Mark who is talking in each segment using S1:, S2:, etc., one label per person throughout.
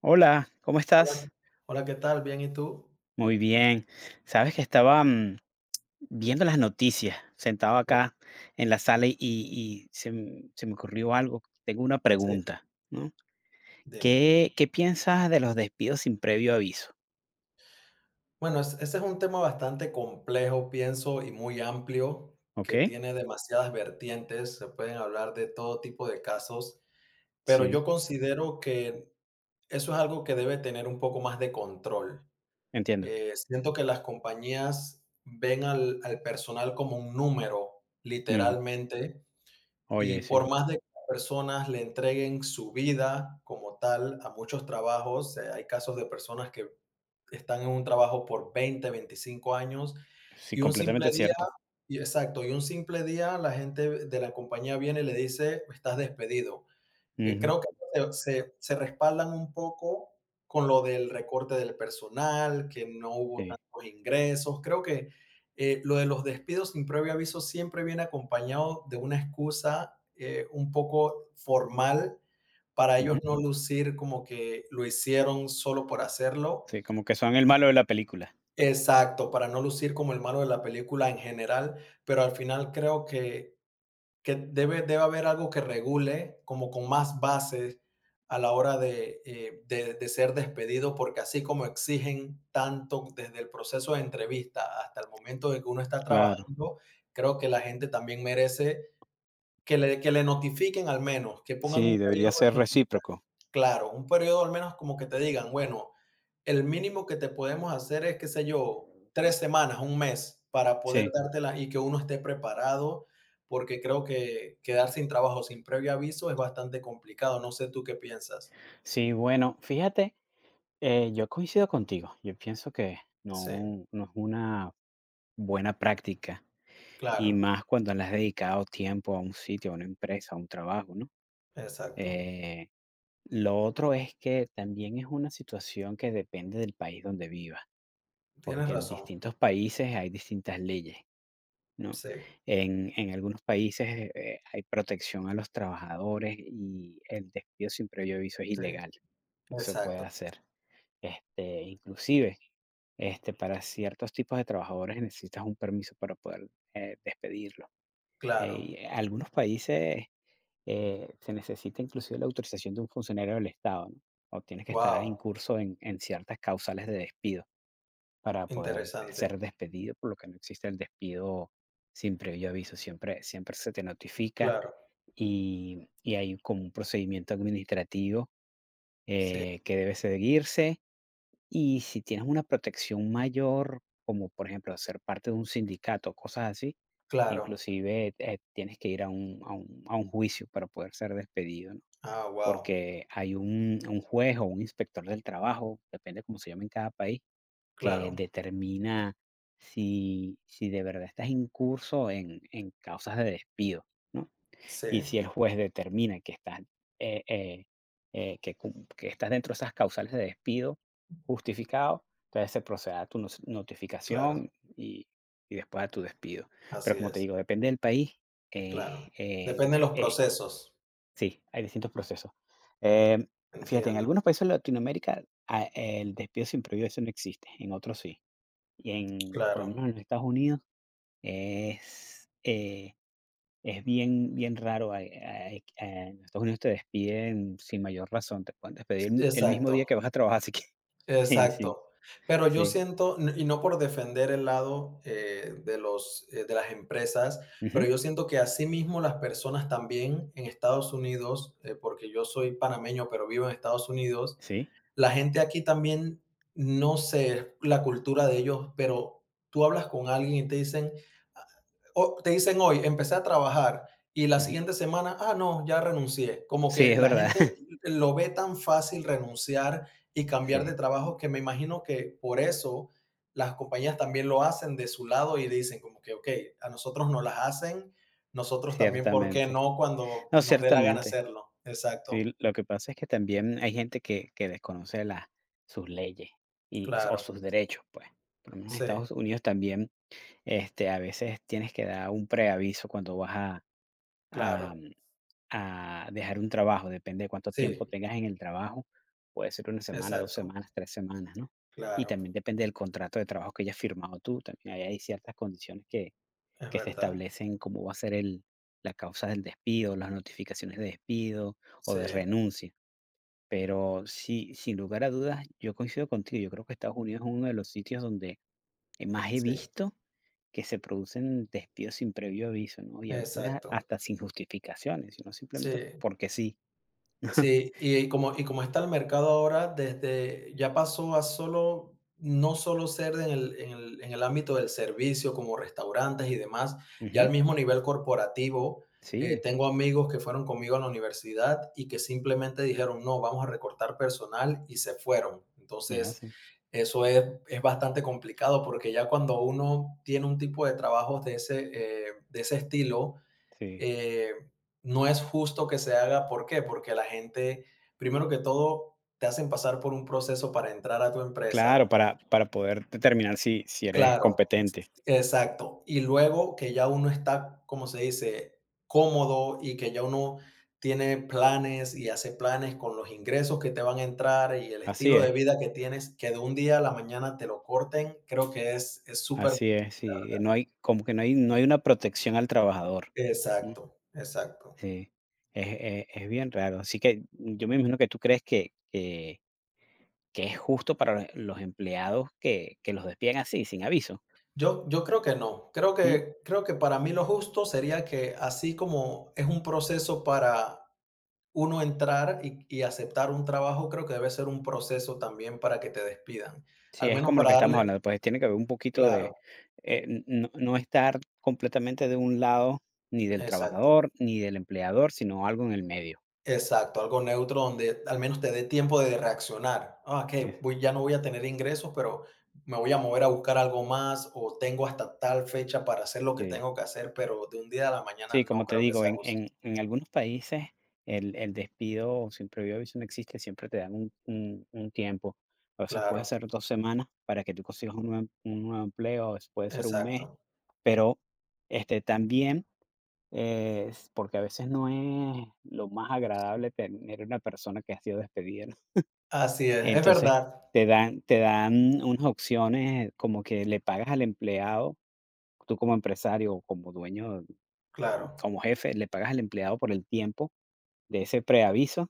S1: Hola, ¿cómo
S2: Hola,
S1: estás?
S2: hola, ¿qué tal? Bien, ¿y tú?
S1: Muy bien. Sabes que estaba viendo las noticias, sentado
S2: Sí,
S1: acá en la sala y se me ocurrió algo. Tengo una
S2: sí,
S1: pregunta, ¿no?
S2: dime.
S1: ¿Qué piensas de los despidos sin previo aviso?
S2: Bueno, ese es un tema bastante complejo, pienso, y muy amplio,
S1: ¿Ok?
S2: que tiene demasiadas vertientes, se pueden hablar de todo tipo de casos, pero
S1: Sí,
S2: yo considero que eso es algo que debe tener un poco más de control.
S1: entiendo.
S2: Siento que las compañías ven al personal como un número,
S1: Ujú.
S2: literalmente. Y
S1: Oye,
S2: por
S1: sí,
S2: más de que las personas le entreguen su vida como tal a muchos trabajos, hay casos de personas que están en un trabajo por 20, 25 años
S1: sí,
S2: y un simple
S1: completamente
S2: día
S1: cierto.
S2: y exacto, y un simple día la gente de la compañía viene y le dice: "Estás despedido".
S1: Ujú,
S2: Creo que se respaldan un poco con lo del recorte del personal, que no hubo
S1: sí,
S2: tantos ingresos. Creo que lo de los despidos sin previo aviso siempre viene acompañado de una excusa, un poco formal para ellos
S1: ujú.
S2: no lucir como que lo hicieron solo por hacerlo.
S1: Sí, como que son el malo de la película.
S2: Exacto, para no lucir como el malo de la película en general, pero al final creo que debe haber algo que regule como con más bases a la hora de ser despedido, porque así como exigen tanto desde el proceso de entrevista hasta el momento de que uno está
S1: Claro.
S2: trabajando, creo que la gente también merece que le notifiquen al menos, que pongan un
S1: Sí,
S2: periodo.
S1: debería ser recíproco.
S2: Claro, un periodo al menos como que te digan, bueno, el mínimo que te podemos hacer es, qué sé yo, 3 semanas, un mes, para poder
S1: Sí,
S2: dártela y que uno esté preparado, porque creo que quedar sin trabajo sin previo aviso es bastante complicado. No sé tú qué piensas.
S1: sí, bueno, fíjate. Yo coincido contigo. Yo pienso que
S2: Sí,
S1: no, no es una buena práctica y
S2: claro,
S1: más cuando le has dedicado tiempo a un sitio, a una empresa, a un trabajo, ¿no?
S2: exacto.
S1: Eh, lo otro es que también es una situación que depende del país donde vivas,
S2: Tienes
S1: porque en
S2: razón.
S1: distintos países hay distintas leyes, ¿no?
S2: Sí,
S1: En algunos países hay protección a los trabajadores y el despido sin previo aviso es
S2: sí,
S1: ilegal, no se puede
S2: exacto.
S1: hacer. Este, inclusive, este, para ciertos tipos de trabajadores necesitas un permiso para poder, despedirlo.
S2: Claro.
S1: Y en algunos países, se necesita inclusive la autorización de un funcionario del Estado, ¿no? O tienes que estar
S2: Wow,
S1: incurso en ciertas causales de despido para poder ser
S2: interesante.
S1: despedido, por lo que no existe el despido sin previo aviso. Siempre siempre se te notifica
S2: Claro,
S1: y hay como un procedimiento administrativo,
S2: sí,
S1: que debe seguirse. Y si tienes una protección mayor, como por ejemplo ser parte de un sindicato, cosas así,
S2: claro.
S1: inclusive tienes que ir a un, a un, a un juicio para poder ser despedido, ¿no?
S2: Ah, wow.
S1: Porque hay un juez o un inspector del trabajo, depende cómo se llama en cada país, que
S2: Claro.
S1: determina si, si de verdad estás incurso en causas de despido, ¿no?
S2: Sí,
S1: Y si el juez determina que estás, eh, eh, que que estás dentro de esas causales de despido justificado, entonces se procede a tu notificación
S2: claro,
S1: y después a tu despido. Pero
S2: así
S1: como te
S2: es.
S1: digo, depende del país. eh,
S2: Claro,
S1: eh,
S2: depende de
S1: depe-
S2: los
S1: eh,
S2: procesos,
S1: sí, hay distintos procesos. Em, Fíjate, en
S2: entiendo,
S1: algunos países de Latinoamérica el despido sin previo eso no existe, en otros sí. Y en, por lo
S2: claro,
S1: menos en los Estados Unidos es, eh, es bien, bien raro, hay hay en Estados Unidos te despiden sin mayor razón, te pueden despedir el mismo día que
S2: exacto,
S1: vas a trabajar, así que sí, sí,
S2: exacto. Pero yo
S1: sí.
S2: siento, n y no por defender el lado, de los, de las empresas, pero
S1: Ujú,
S2: yo siento que asimismo las personas también en Estados Unidos, porque yo soy panameño, pero vivo en Estados Unidos,
S1: sí,
S2: la gente aquí también, no sé la cultura de ellos, pero tú hablas con alguien y te dicen o te dicen hoy, empecé a trabajar y la
S1: ujú.
S2: siguiente semana, ah, no, ya renuncié. Como
S1: Sí,
S2: que
S1: es
S2: la
S1: verdad.
S2: gente lo ve tan fácil renunciar y cambiar de
S1: Sí,
S2: trabajo que me imagino que por eso las compañías también lo hacen de su lado y dicen como que, ok, a nosotros no las hacen, nosotros también, ¿por qué
S1: ciertamente.
S2: no cuando
S1: No,
S2: nos dé la gana
S1: ciertamente.
S2: hacerlo? Exacto,
S1: Sí, lo que pasa es que también hay gente que desconoce las sus leyes y o
S2: claro,
S1: sus derechos, pues. Por lo menos en
S2: sí,
S1: Estados Unidos también, este, a veces tienes que dar un preaviso cuando vas a a
S2: claro,
S1: a dejar un trabajo, depende de cuánto tiempo
S2: sí,
S1: tengas en el trabajo, puede ser una semana, 2
S2: exacto,
S1: semanas, 3 semanas, ¿no? Y
S2: claro,
S1: también depende del contrato de trabajo que hayas firmado tú, también ahí hay ciertas condiciones que
S2: es
S1: que se
S2: verdad,
S1: establecen cómo va a ser el la causa del despido, las notificaciones de despido o
S2: sí,
S1: de renuncia. Pero sí, sin lugar a dudas, yo coincido contigo, yo creo que Estados Unidos es uno de los sitios donde más he
S2: sí,
S1: visto que se producen despidos sin previo aviso, ¿no? Y a veces
S2: exacto,
S1: hasta sin justificaciones, sino simplemente
S2: sí.
S1: porque sí.
S2: Sí, y como está el mercado ahora, desde ya pasó a solo no solo ser en el ámbito del servicio, como restaurantes y demás, ya al
S1: Ujú,
S2: mismo nivel corporativo,
S1: sí,
S2: tengo amigos que fueron conmigo a la universidad y que simplemente dijeron: "No, vamos a recortar personal", y se fueron.
S1: me
S2: Entonces,
S1: hacen.
S2: eso es bastante complicado, porque ya cuando uno tiene un tipo de trabajos de ese estilo,
S1: Sí.
S2: eh, no es justo que se haga. ¿Por qué? Porque la gente, primero que todo, te hacen pasar por un proceso para entrar a tu
S1: Claro,
S2: empresa.
S1: para poder determinar si, si eres
S2: Claro,
S1: competente.
S2: exacto. Y luego que ya uno está, como se dice, cómodo y que ya uno tiene planes y hace planes con los ingresos que te van a entrar y el
S1: Así
S2: estilo de
S1: es,
S2: vida que tienes, que de un día a la mañana te lo corten, creo que es súper.
S1: así es, sí. No hay, como que no hay, no hay una protección al trabajador. ¿No?
S2: Exacto, exacto.
S1: Sí. Es, es bien raro. Así que yo me imagino que tú crees que es justo para los empleados que los despidan así, sin aviso.
S2: Yo creo que no. Creo que para mí lo justo sería que, así como es un proceso para uno entrar y aceptar un trabajo, creo que debe ser un proceso también para que te despidan.
S1: Sí,
S2: Al
S1: es
S2: menos
S1: como lo
S2: para
S1: que estamos
S2: darle
S1: hablando, pues tiene que haber un poquito de,
S2: claro,
S1: n no no estar completamente de un lado, ni del
S2: exacto,
S1: trabajador, ni del empleador, sino algo en el medio.
S2: exacto, algo neutro donde al menos te dé tiempo de reaccionar. Ah, okey,
S1: Este,
S2: voy ya no voy a tener ingresos, pero me voy a mover a buscar algo más, o tengo hasta tal fecha para hacer lo que
S1: sí,
S2: tengo que hacer, pero de un día a la mañana
S1: sí
S2: no
S1: como te
S2: creo que
S1: digo,
S2: sea
S1: en
S2: justo.
S1: en en algunos países el despido sin previo aviso no existe, siempre te dan un tiempo. A veces puede
S2: Claro,
S1: ser 2 semanas para que tú consigas un nuevo empleo, a veces puede ser un mes,
S2: exacto.
S1: pero, este, también es porque a veces no es lo más agradable tener una persona que ha sido despedida, ¿no?
S2: Así es
S1: Entonces,
S2: verdad,
S1: te dan unas opciones como que le pagas al empleado, tú como empresario o como dueño,
S2: claro.
S1: como jefe, le pagas al empleado por el tiempo de ese preaviso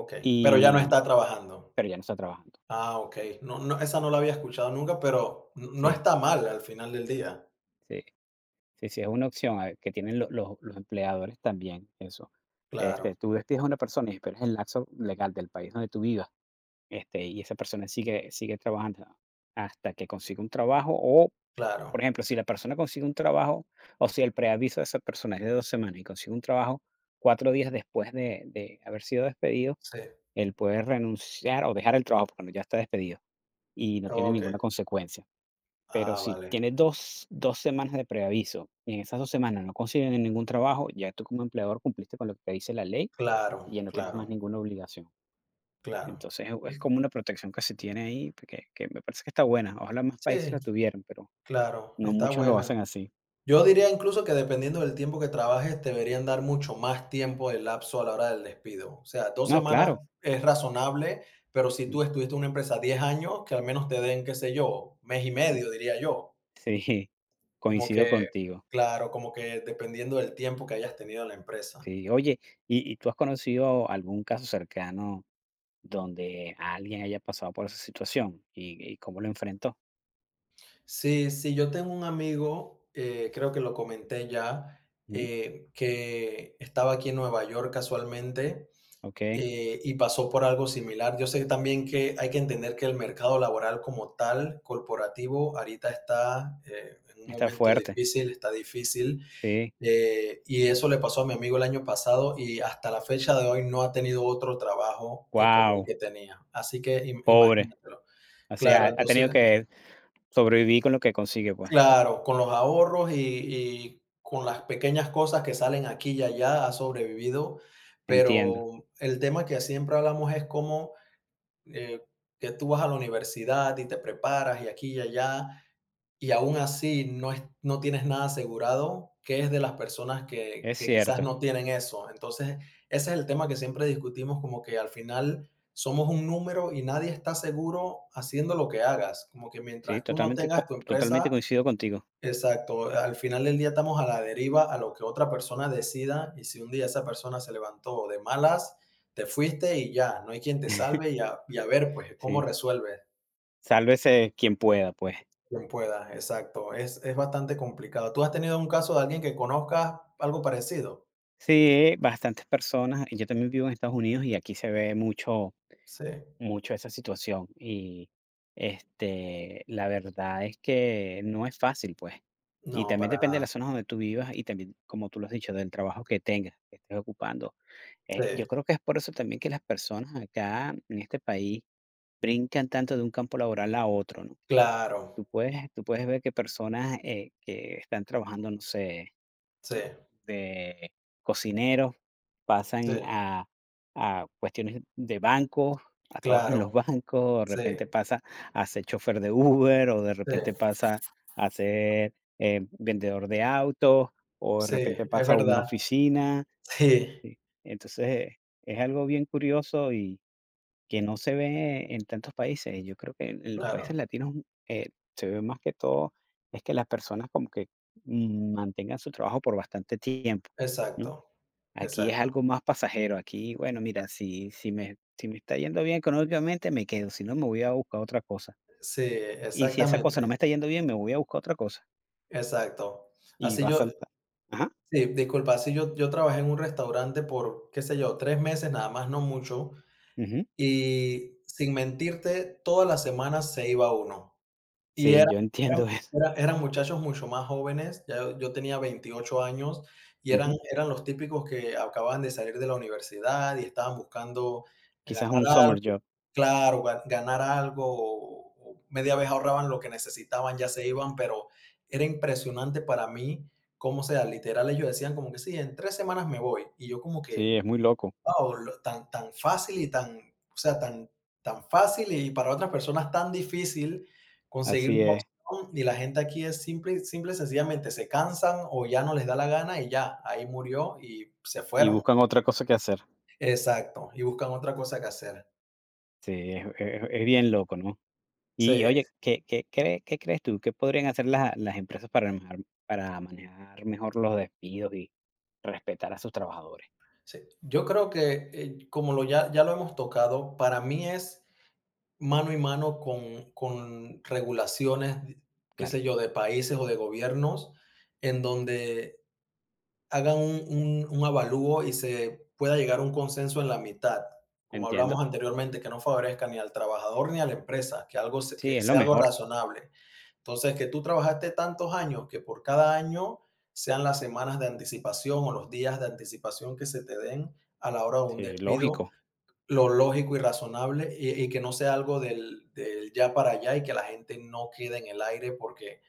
S2: Okey, pero ya no
S1: y
S2: está trabajando.
S1: pero ya no está trabajando.
S2: Ah,
S1: Sí,
S2: okey. No no, esa no la había escuchado nunca, pero n no
S1: sí,
S2: está mal al final del día.
S1: sí, sí, es una opción, ah, que tienen lo los empleadores también, eso.
S2: Claro,
S1: Este, tú despides a una persona y esperas el lapso legal del país donde tú vivas. Este, y esa persona sigue trabajando hasta que consiga un trabajo o, por
S2: claro,
S1: ejemplo, si la persona consigue un trabajo o si el preaviso de esa persona es de 2 semanas y consigue un trabajo 4 días después de haber sido despedido,
S2: sí.
S1: él puede renunciar o dejar el trabajo cuando ya está despedido y no tiene
S2: Okey.
S1: ninguna consecuencia. Pero
S2: Ah,
S1: si
S2: vale.
S1: tiene dos semanas de preaviso y en esas 2 semanas no consiguen ningún trabajo, ya tú como empleador cumpliste con lo que te dice la ley
S2: Claro,
S1: y ya no tienes más
S2: claro,
S1: ninguna obligación.
S2: claro.
S1: Entonces, es como una protección que se tiene ahí, que me parece que está buena. Ojalá más países
S2: Sí,
S1: la tuvieran, pero
S2: claro,
S1: no
S2: está
S1: muchos lo
S2: buena.
S1: hacen así.
S2: Yo diría incluso que dependiendo del tiempo que trabajes, te deberían dar mucho más tiempo de lapso a la hora del despido. O sea, dos
S1: No,
S2: semanas
S1: claro.
S2: es razonable, pero si tú
S1: Mm,
S2: estuviste en una empresa 10 años, que al menos te den, qué sé yo, mes y
S1: mm,
S2: medio, diría yo.
S1: sí,
S2: Como
S1: coincido
S2: que
S1: contigo.
S2: claro, como que dependiendo del tiempo que hayas tenido en la empresa.
S1: Sí, oye, ¿y tú has conocido algún caso cercano donde alguien haya pasado por esa situación? ¿Y cómo lo enfrentó?
S2: Sí, sí, yo tengo un amigo, creo que lo comenté ya,
S1: Mm,
S2: que estaba aquí en Nueva York casualmente.
S1: okey,
S2: Y pasó por algo similar. Yo sé también que hay que entender que el mercado laboral como tal, corporativo, ahorita está en un
S1: está
S2: momento
S1: fuerte.
S2: difícil, está difícil.
S1: Sí,
S2: Y eso le pasó a mi amigo el año pasado y hasta la fecha de hoy no ha tenido otro trabajo como el
S1: guau,
S2: que tenía. Así que
S1: pobre.
S2: imagínatelo.
S1: O
S2: Claro,
S1: sea, ha tenido
S2: entonces,
S1: que sobrevivir con lo que consigue, pues.
S2: claro, con los ahorros y con las pequeñas cosas que salen aquí y allá, ha sobrevivido.
S1: Entiendo,
S2: Pero el tema que siempre hablamos es cómo eh, que tú vas a la universidad y te preparas y aquí y allá, y aún así no tienes nada asegurado, que es de las personas que
S1: es
S2: que quizás
S1: cierto.
S2: no tienen eso. Entonces, ese es el tema que siempre discutimos, como que al final somos un número y nadie está seguro haciendo lo que hagas, como que
S1: Sí,
S2: mientras tú no tengas tu
S1: totalmente
S2: empresa.
S1: coincido contigo.
S2: Exacto, al final del día estamos a la deriva a lo que otra persona decida y si un día esa persona se levantó de malas, te fuiste y ya, no hay quien te salve y a ver pues cómo
S1: Sí,
S2: resuelves
S1: sálvese quien pueda, pues.
S2: quien pueda, exacto, es bastante complicado. ¿Tú has tenido un caso de alguien que conozcas algo parecido?
S1: Sí, bastantes personas yo también vivo en Estados Unidos y aquí se ve mucho
S2: Sí,
S1: mucho esa situación y, este, la verdad es que no es fácil, pues. Y
S2: no,
S1: también
S2: para
S1: depende de las
S2: nada,
S1: zonas donde tú vivas y también, como tú lo has dicho, del trabajo que tengas, que estés ocupando.
S2: sí,
S1: Yo creo que es por eso también que las personas acá en este país brincan tanto de un campo laboral a otro, ¿no?
S2: claro,
S1: Tú puedes ver que personas, que están trabajando, no sé,
S2: sí,
S1: de cocineros,
S2: sí,
S1: pasan a cuestiones de bancos, a trabajo en
S2: claro,
S1: los bancos, de
S2: sí,
S1: repente pasa a ser chofer de Uber, o de repente
S2: sí,
S1: pasa a ser, vendedor de autos, o de
S2: sí,
S1: repente
S2: es
S1: pasa a una
S2: verdad,
S1: oficina,
S2: sí,
S1: sí. Entonces, es algo bien curioso y que no se ve en tantos países. Yo creo que en los países
S2: claro,
S1: latinos, eh, se ve más que todo, es que las personas como que, mm, mantengan su trabajo por bastante tiempo, ¿no?
S2: exacto,
S1: Aquí es
S2: exacto,
S1: algo más pasajero. Aquí, bueno, mira, si si me está yendo bien económicamente, me quedo, si no, me voy a buscar otra cosa.
S2: sí,
S1: Y si esa cosa no
S2: exactamente.
S1: me está yendo bien, me voy a buscar otra cosa,
S2: Exacto.
S1: y
S2: Así
S1: va a
S2: yo
S1: saltar. Ajá,
S2: sí, disculpa, así yo trabajé en un restaurante por, qué sé yo, 3 meses, nada más, no mucho,
S1: ujú.
S2: y sin mentirte, todas las semanas se iba uno. Y
S1: Sí,
S2: era
S1: yo
S2: eran
S1: entiendo eso.
S2: era eran muchachos mucho más jóvenes, ya yo tenía 28 años y eran
S1: Ujú.
S2: eran los típicos que acababan de salir de la universidad y estaban buscando ganar
S1: Quizás un summer
S2: algo
S1: job.
S2: claro, ga ganar algo o media vez ahorraban lo que necesitaban, ya se iban, pero era impresionante para mí cómo, sea, literal, ellos decían como que: "Sí, en 3 semanas me voy", y yo como que
S1: Sí, es muy loco.
S2: wao, lo tan tan fácil y tan, o sea, tan tan fácil y para otras personas tan difícil conseguir
S1: Así
S2: una
S1: es.
S2: opción, y la gente aquí es simple simple y sencillamente se cansan o ya no les da la gana y ya, ahí murió y se
S1: Y
S2: fueron.
S1: buscan otra cosa que hacer.
S2: Exacto, y buscan otra cosa que hacer.
S1: Sí, es es bien loco, ¿no?
S2: Sí,
S1: Y oye, qué crees tú? ¿Qué podrían hacer las empresas para manejar mejor los despidos y respetar a sus trabajadores?
S2: sí. Yo creo que, como lo ya ya lo hemos tocado, para mí es mano y mano con regulaciones, qué
S1: Claro,
S2: sé yo, de países o de gobiernos en donde hagan un avalúo y se pueda llegar a un consenso en la mitad, como
S1: entiendo.
S2: hablamos anteriormente, que no favorezca ni al trabajador ni a la empresa, que algo se
S1: Sí,
S2: que
S1: es lo
S2: sea algo
S1: mejor.
S2: razonable. Entonces, que tú trabajaste tantos años, que por cada año sean las semanas de anticipación o los días de anticipación que se te den a la hora de un
S1: Sí,
S2: despido,
S1: lógico.
S2: lo lógico y razonable, y que no sea algo del del ya para allá y que la gente no quede en el aire porque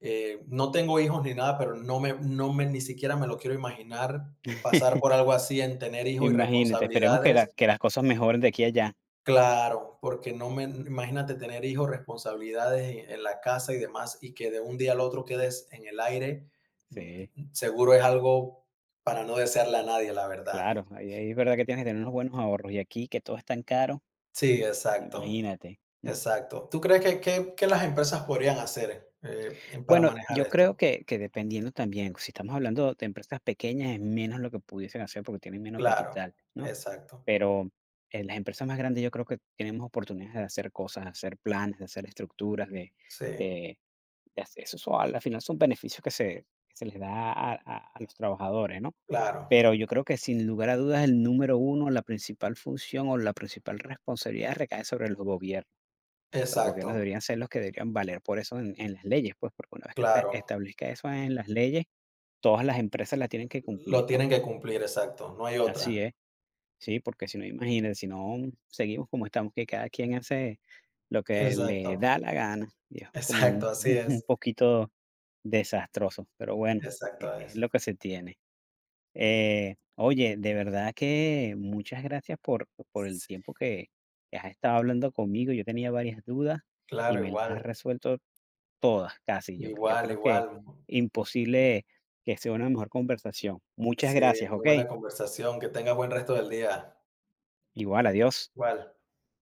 S2: no tengo hijos ni nada, pero no me ni siquiera me lo quiero imaginar pasar por algo así en tener hijos y
S1: Imagínate, esperemos que la
S2: responsabilidades
S1: que las cosas mejoren de aquí a allá.
S2: claro, porque no me imagínate tener hijos, responsabilidades en la casa y demás, y que de un día al otro quedes en el aire,
S1: Sí,
S2: mm, seguro es algo para no desearle a nadie, la verdad.
S1: claro, ahí es verdad que tienes que tener unos buenos ahorros, y aquí que todo es tan caro,
S2: Sí, exacto,
S1: imagínate, ¿no?
S2: exacto. ¿Tú crees que qué que las empresas podrían hacer, en para
S1: Bueno,
S2: manejar
S1: yo creo
S2: esto?
S1: que dependiendo también, si estamos hablando de empresas pequeñas, es menos lo que pudiesen hacer porque tienen menos
S2: Claro,
S1: capital, ¿no?
S2: exacto.
S1: Pero en las empresas más grandes yo creo que tenemos oportunidades de hacer cosas, de hacer planes, de hacer estructuras,
S2: Sí,
S1: de de hacer eso eso al final son beneficios que se les da a los trabajadores, ¿no?
S2: claro,
S1: Pero yo creo que sin lugar a dudas el número uno, la principal función o la principal responsabilidad recae sobre los gobiernos. Los gobiernos
S2: exacto.
S1: deberían ser los que deberían valer por eso en las leyes, pues, porque una vez que esta
S2: Claro,
S1: establezca eso en las leyes, todas las empresas la tienen que
S2: lo
S1: cumplir, ¿no?
S2: tienen que cumplir, exacto, no hay
S1: Así
S2: otra.
S1: es. Sí, porque si no, imagínate, si no, seguimos como estamos, que cada quien hace lo que le
S2: Exacto,
S1: da la gana, y es como
S2: exacto,
S1: un
S2: así
S1: un
S2: es,
S1: poquito desastroso, pero bueno,
S2: exacto
S1: es
S2: es.
S1: lo que se tiene. Oye, de verdad que muchas gracias por el
S2: Sí,
S1: tiempo que has estado hablando conmigo. Yo tenía varias dudas y
S2: claro,
S1: me las has
S2: igual,
S1: resuelto todas, casi. Yo yo
S2: igual,
S1: creo
S2: igual.
S1: que imposible que sea una mejor conversación. Muchas
S2: Sí,
S1: gracias,
S2: muy
S1: ¿ok?
S2: buena conversación, que tenga buen resto del día.
S1: Igual, adiós.
S2: Igual.